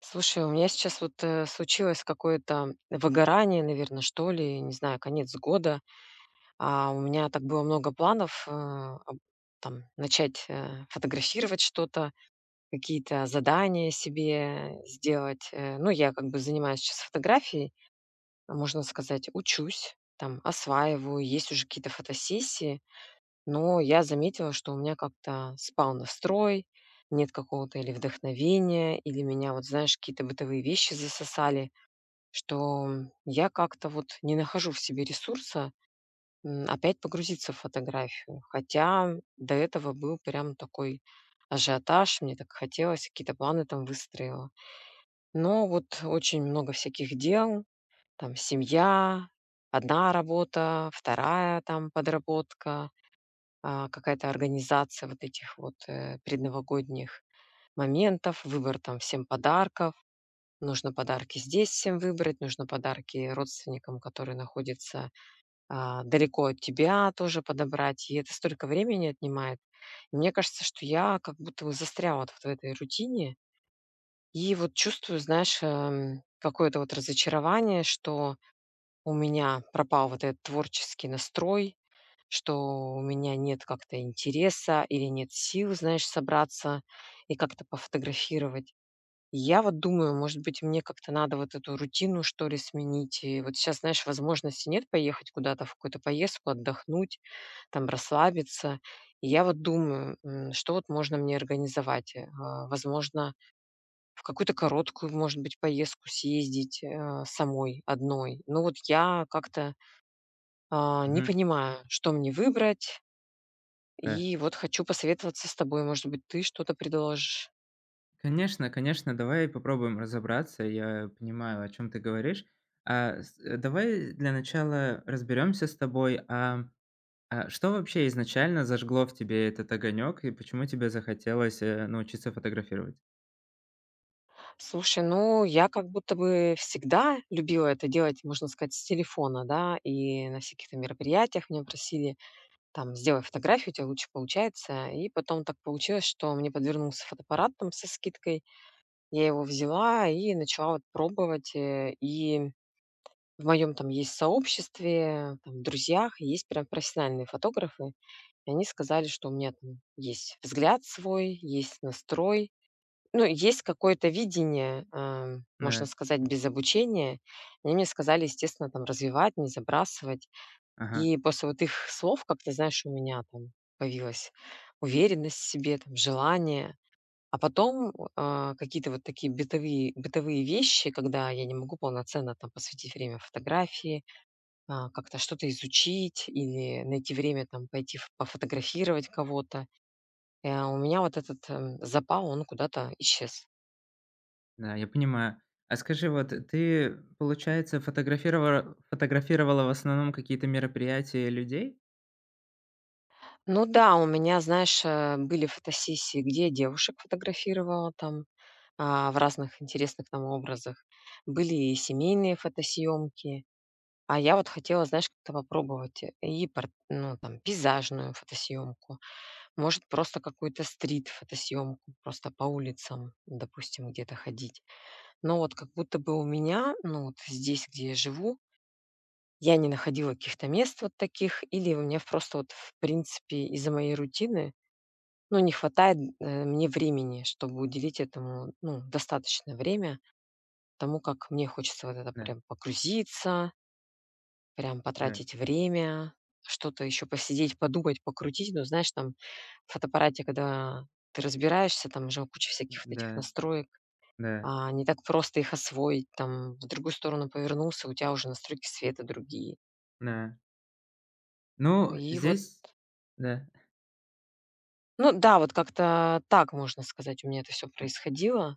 Слушай, у меня сейчас вот, случилось какое-то выгорание, наверное, что ли, не знаю, конец года. У меня так было много планов, э, об там начать, фотографировать что-то, какие-то задания себе сделать. Ну, я как бы занимаюсь сейчас фотографией, а можно сказать, учусь, там осваиваю, есть уже какие-то фотосессии, но я заметила, что у меня как-то спал настрой, нет какого-то или вдохновения, или меня, вот знаешь, какие-то бытовые вещи засосали. Что я как-то вот не нахожу в себе ресурса, опять погрузиться в фотографию. Хотя до этого был прям такой ажиотаж, мне так хотелось, какие-то планы там выстроила. Но вот очень много всяких дел, там семья, одна работа, вторая там подработка, какая-то организация вот этих вот предновогодних моментов, выбор там всем подарков. Нужно подарки здесь всем выбрать, нужно подарки родственникам, которые находятся, далеко от тебя, тоже подобрать. И это столько времени отнимает. И мне кажется, что я как будто бы застряла вот в этой рутине. И вот чувствую, знаешь, какое-то вот разочарование, что у меня пропал вот этот творческий настрой, что у меня нет как-то интереса или нет сил, знаешь, собраться и как-то пофотографировать. Я вот думаю, может быть, мне как-то надо вот эту рутину, что ли, сменить. И вот сейчас, знаешь, возможности нет поехать куда-то в какую-то поездку, отдохнуть, там расслабиться. И я вот думаю, что вот можно мне организовать. Возможно, в какую-то короткую, может быть, поездку съездить самой, одной. Но вот я как-то не Мгм. понимаю, что мне выбрать. Да. И вот хочу посоветоваться с тобой. Может быть, ты что-то предложишь. Конечно, давай попробуем разобраться. Я понимаю, о чем ты говоришь. Давай для начала разберемся с тобой. А что вообще изначально зажгло в тебе этот огонек и почему тебе захотелось научиться фотографировать? Слушай, ну, я как будто бы всегда любила это делать, можно сказать, с телефона, да, и на всяких там мероприятиях меня просили, там, сделай фотографию, у тебя лучше получается. И потом так получилось, что мне подвернулся фотоаппарат там со скидкой, я его взяла и начала вот пробовать. И в моем там есть сообществе, там, в друзьях есть прям профессиональные фотографы, и они сказали, что у меня там есть взгляд свой, есть настрой, ну, есть какое-то видение, можно Да, сказать, без обучения. И они мне сказали, естественно, там развивать, не забрасывать. ага, И после вот их слов как-то, знаешь, у меня там появилась уверенность в себе, там, желание. А потом какие-то вот такие бытовые вещи, когда я не могу полноценно там посвятить время фотографии, как-то что-то изучить или найти время там пойти пофотографировать кого-то. У меня вот этот запал, он куда-то исчез. да, я понимаю. А скажи, вот ты, получается, фотографировала в основном какие-то мероприятия людей? Ну да, у меня, знаешь, были фотосессии, где я девушек фотографировала там, в разных интересных там образах. Были и семейные фотосъемки. А я вот хотела, знаешь, как-то попробовать ну, там, пейзажную фотосъемку, может, просто какую-то стрит-фотосъемку, просто по улицам, допустим, где-то ходить. Но вот как будто бы у меня, ну вот здесь, где я живу, я не находила каких-то мест вот таких, или у меня просто вот в принципе из-за моей рутины ну, не хватает, мне времени, чтобы уделить этому, ну, достаточное время тому, как мне хочется вот это Да, прям погрузиться, прям да, потратить время, что-то еще посидеть, подумать, покрутить. Ну, знаешь, там в фотоаппарате, когда ты разбираешься, там уже куча всяких вот этих да, настроек, да, не так просто их освоить, там в другую сторону повернулся, у тебя уже настройки света другие. да. Ну, И вот, здесь, да. ну да, вот как-то так, можно сказать, у меня это все происходило,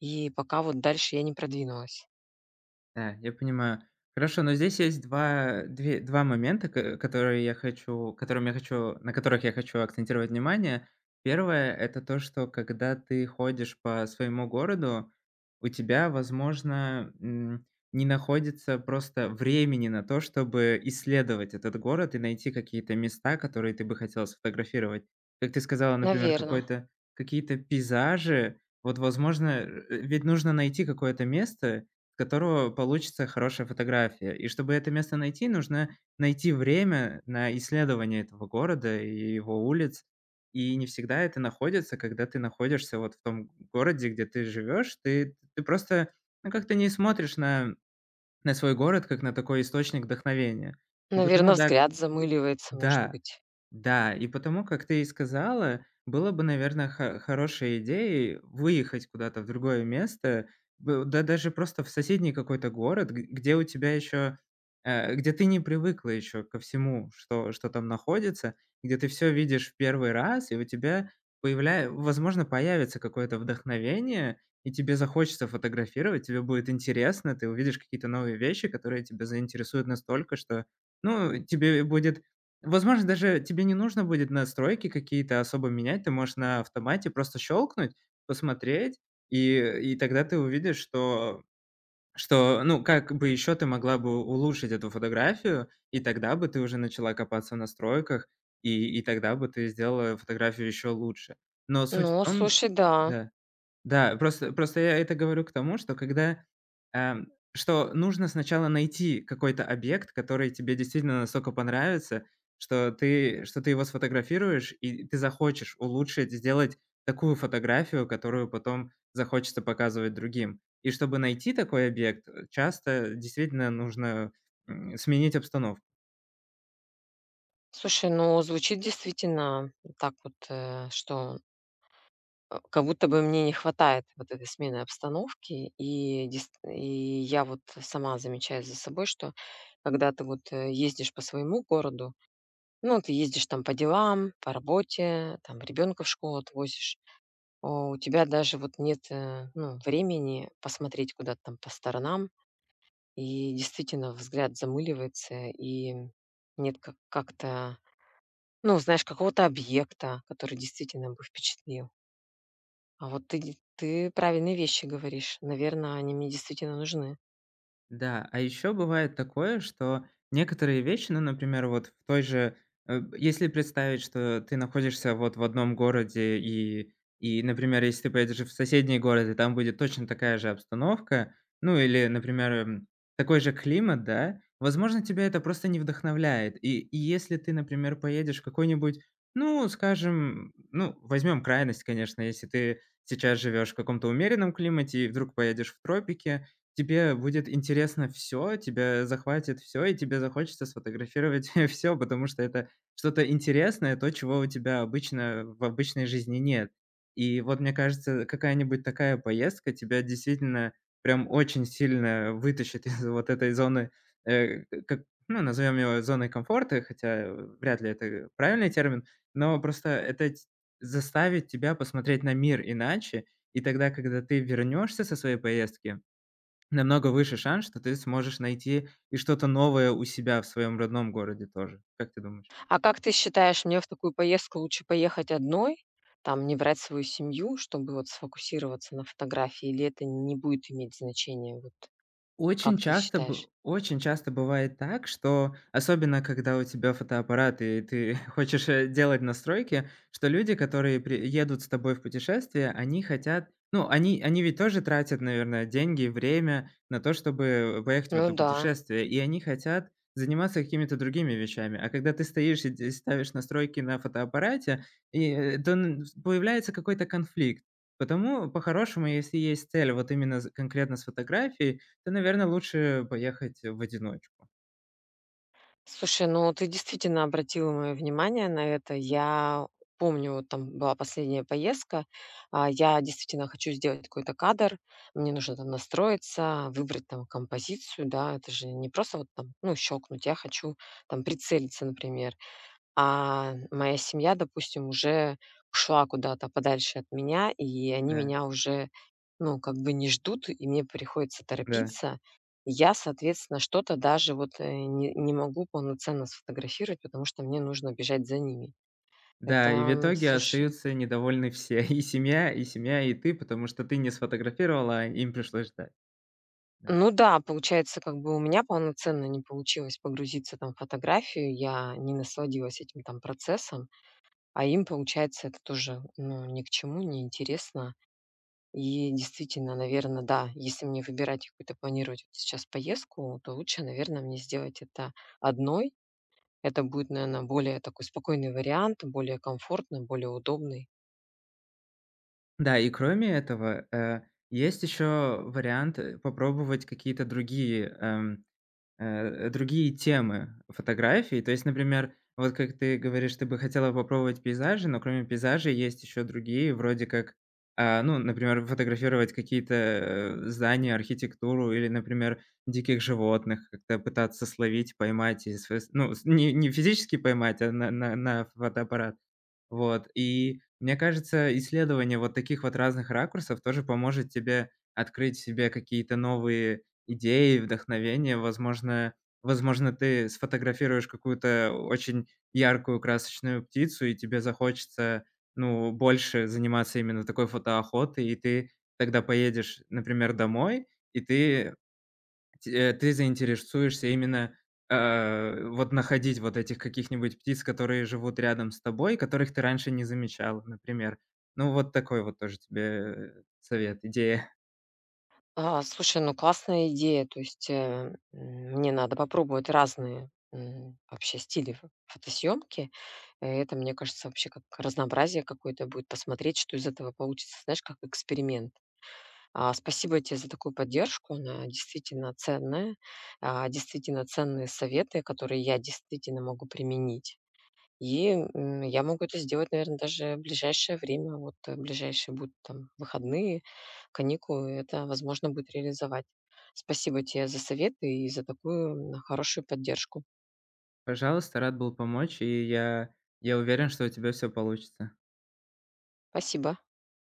и пока вот дальше я не продвинулась. Да, я понимаю. Хорошо, но здесь есть два 2 2 момента, ко которые я хочу которым я хочу на которых я хочу акцентировать внимание. Первое — это то, что когда ты ходишь по своему городу, у тебя, возможно, не находится просто времени на то, чтобы исследовать этот город и найти какие-то места, которые ты бы хотел сфотографировать. Как ты сказала, например, Наверно. какой-то какие-то пейзажи. Вот, возможно, ведь нужно найти какое-то место которого получится хорошая фотография. И чтобы это место найти, нужно найти время на исследование этого города и его улиц. И не всегда это находится, когда ты находишься вот в том городе, где ты живешь. Ты просто, ну, как-то не смотришь на свой город как на такой источник вдохновения. И потому Наверно, да, взгляд замыливается, может да, быть. да, и потому, как ты и сказала, было бы, наверное, хорошей идеей выехать куда-то в другое место, да даже просто в соседний какой-то город, где у тебя еще, где ты не привыкла еще ко всему, что там находится, где ты все видишь в первый раз, и у тебя возможно, появится какое-то вдохновение, и тебе захочется фотографировать, тебе будет интересно, ты увидишь какие-то новые вещи, которые тебя заинтересуют настолько, что, ну, тебе будет возможно, даже тебе не нужно будет настройки какие-то особо менять. Ты можешь на автомате просто щелкнуть, посмотреть, и и тогда ты увидишь, что, ну, как бы еще ты могла бы улучшить эту фотографию, и тогда бы ты уже начала копаться в настройках, и тогда бы ты сделала фотографию еще лучше. Но суть в Ну, том слушай, да. да. Да, просто я это говорю к тому, что когда, эм, что нужно сначала найти какой-то объект, который тебе действительно настолько понравится, что ты его сфотографируешь и ты захочешь улучшить, сделать такую фотографию, которую потом захочется показывать другим. И чтобы найти такой объект, часто действительно нужно, сменить обстановку. Слушай, ну, звучит действительно так вот, что, как будто бы мне не хватает вот этой смены обстановки. И я вот сама замечаю за собой, что когда ты вот, ездишь по своему городу, ну, ты ездишь там по делам, по работе, там ребенка в школу отвозишь, у тебя даже вот нет, ну, времени посмотреть куда-то там по сторонам. И действительно взгляд замыливается, и нет как-то, ну, знаешь, какого-то объекта, который действительно бы впечатлил. А вот ты правильные вещи говоришь. Наверное, они мне действительно нужны. Да, а еще бывает такое, что некоторые вещи, ну, например, вот в той же, если представить, что ты находишься вот в одном городе и, например, если ты поедешь в соседний город, и там будет точно такая же обстановка, ну или, например, такой же климат, да, возможно, тебя это просто не вдохновляет. И если ты, например, поедешь в какой-нибудь, ну, скажем, ну, возьмем крайность, конечно, если ты сейчас живешь в каком-то умеренном климате и вдруг поедешь в тропики, тебе будет интересно все, тебя захватит все и тебе захочется сфотографировать все, потому что это что-то интересное, то, чего у тебя обычно в обычной жизни нет. И вот, мне кажется, какая-нибудь такая поездка тебя действительно прям очень сильно вытащит из вот этой зоны, как, ну, назовем ее зоной комфорта, хотя вряд ли это правильный термин, но просто это т заставит тебя посмотреть на мир иначе. И тогда, когда ты вернешься со своей поездки, намного выше шанс, что ты сможешь найти и что-то новое у себя в своем родном городе тоже. Как ты думаешь? А как ты считаешь, мне в такую поездку лучше поехать одной, там не брать свою семью, чтобы вот сфокусироваться на фотографии, или это не будет иметь значения? Вот как ты считаешь? Очень часто бывает так, что, особенно когда у тебя фотоаппарат и ты хочешь, делать настройки, что люди, которые при едут с тобой в путешествие, они хотят ну, они ведь тоже тратят, наверное, деньги, время на то, чтобы поехать в Ну это да. путешествие, и они хотят заниматься какими-то другими вещами. А когда ты стоишь и де ставишь настройки на фотоаппарате, и, э, то н появляется какой-то конфликт. Потому, по-хорошему, если есть цель вот именно з конкретно с фотографией, то, наверное, лучше поехать в одиночку. Слушай, ну ты действительно обратила мое внимание на это. Я помню, вот там была последняя поездка, я действительно хочу сделать какой-то кадр, мне нужно там настроиться, выбрать там композицию, да, это же не просто вот там, ну, щелкнуть, я хочу там прицелиться, например. А моя семья, допустим, уже ушла куда-то подальше от меня, и они Да, меня уже, ну, как бы не ждут, и мне приходится да. торопиться. Я, соответственно, что-то даже вот не могу полноценно сфотографировать, потому что мне нужно бежать за ними. Это, Да, и в итоге слушай, остаются недовольны все: и семья, и ты, потому что ты не сфотографировала, а им пришлось ждать. Да. ну да, получается, как бы у меня полноценно не получилось погрузиться там в фотографию, я не насладилась этим там процессом, а им, получается, это тоже, ну, ни к чему, не интересно. И действительно, наверное, да, если мне выбирать и какую-то планировать вот сейчас поездку, то лучше, наверное, мне сделать это одной. Это будет, наверное, более такой спокойный вариант, более комфортный, более удобный. Да, и кроме этого, есть еще вариант, попробовать какие-то другие, другие темы фотографии. То есть, например, вот как ты говоришь, ты бы хотела попробовать пейзажи, но кроме пейзажей есть еще другие, вроде как, ну, например, фотографировать какие-то здания, архитектуру или, например, диких животных, как-то пытаться словить, поймать, и, ну, не, не физически поймать, а на фотоаппарат. Вот. И мне кажется, исследование вот таких вот разных ракурсов тоже поможет тебе открыть в себе какие-то новые идеи, вдохновения. Возможно, ты сфотографируешь какую-то очень яркую красочную птицу, и тебе захочется, ну, больше заниматься именно такой фотоохотой, и ты тогда поедешь, например, домой, и ты те ты заинтересуешься именно, вот находить вот этих каких-нибудь птиц, которые живут рядом с тобой, которых ты раньше не замечал, например. Ну, вот такой вот тоже тебе совет, идея. Слушай, ну классная идея. То есть, мне надо попробовать разные, вообще стили фо фотосъёмки. Это, мне кажется, вообще как разнообразие какое-то будет, посмотреть, что из этого получится, знаешь, как эксперимент. Спасибо тебе за такую поддержку. Она действительно ценная. Действительно ценные советы, которые я действительно могу применить. И, я могу это сделать, наверное, даже в ближайшее время. Вот, ближайшие будут там выходные, каникулы. Это возможно будет реализовать. Спасибо тебе за советы и за такую, хорошую поддержку. Пожалуйста, рад был помочь, и я уверен, что у тебя все получится. Спасибо.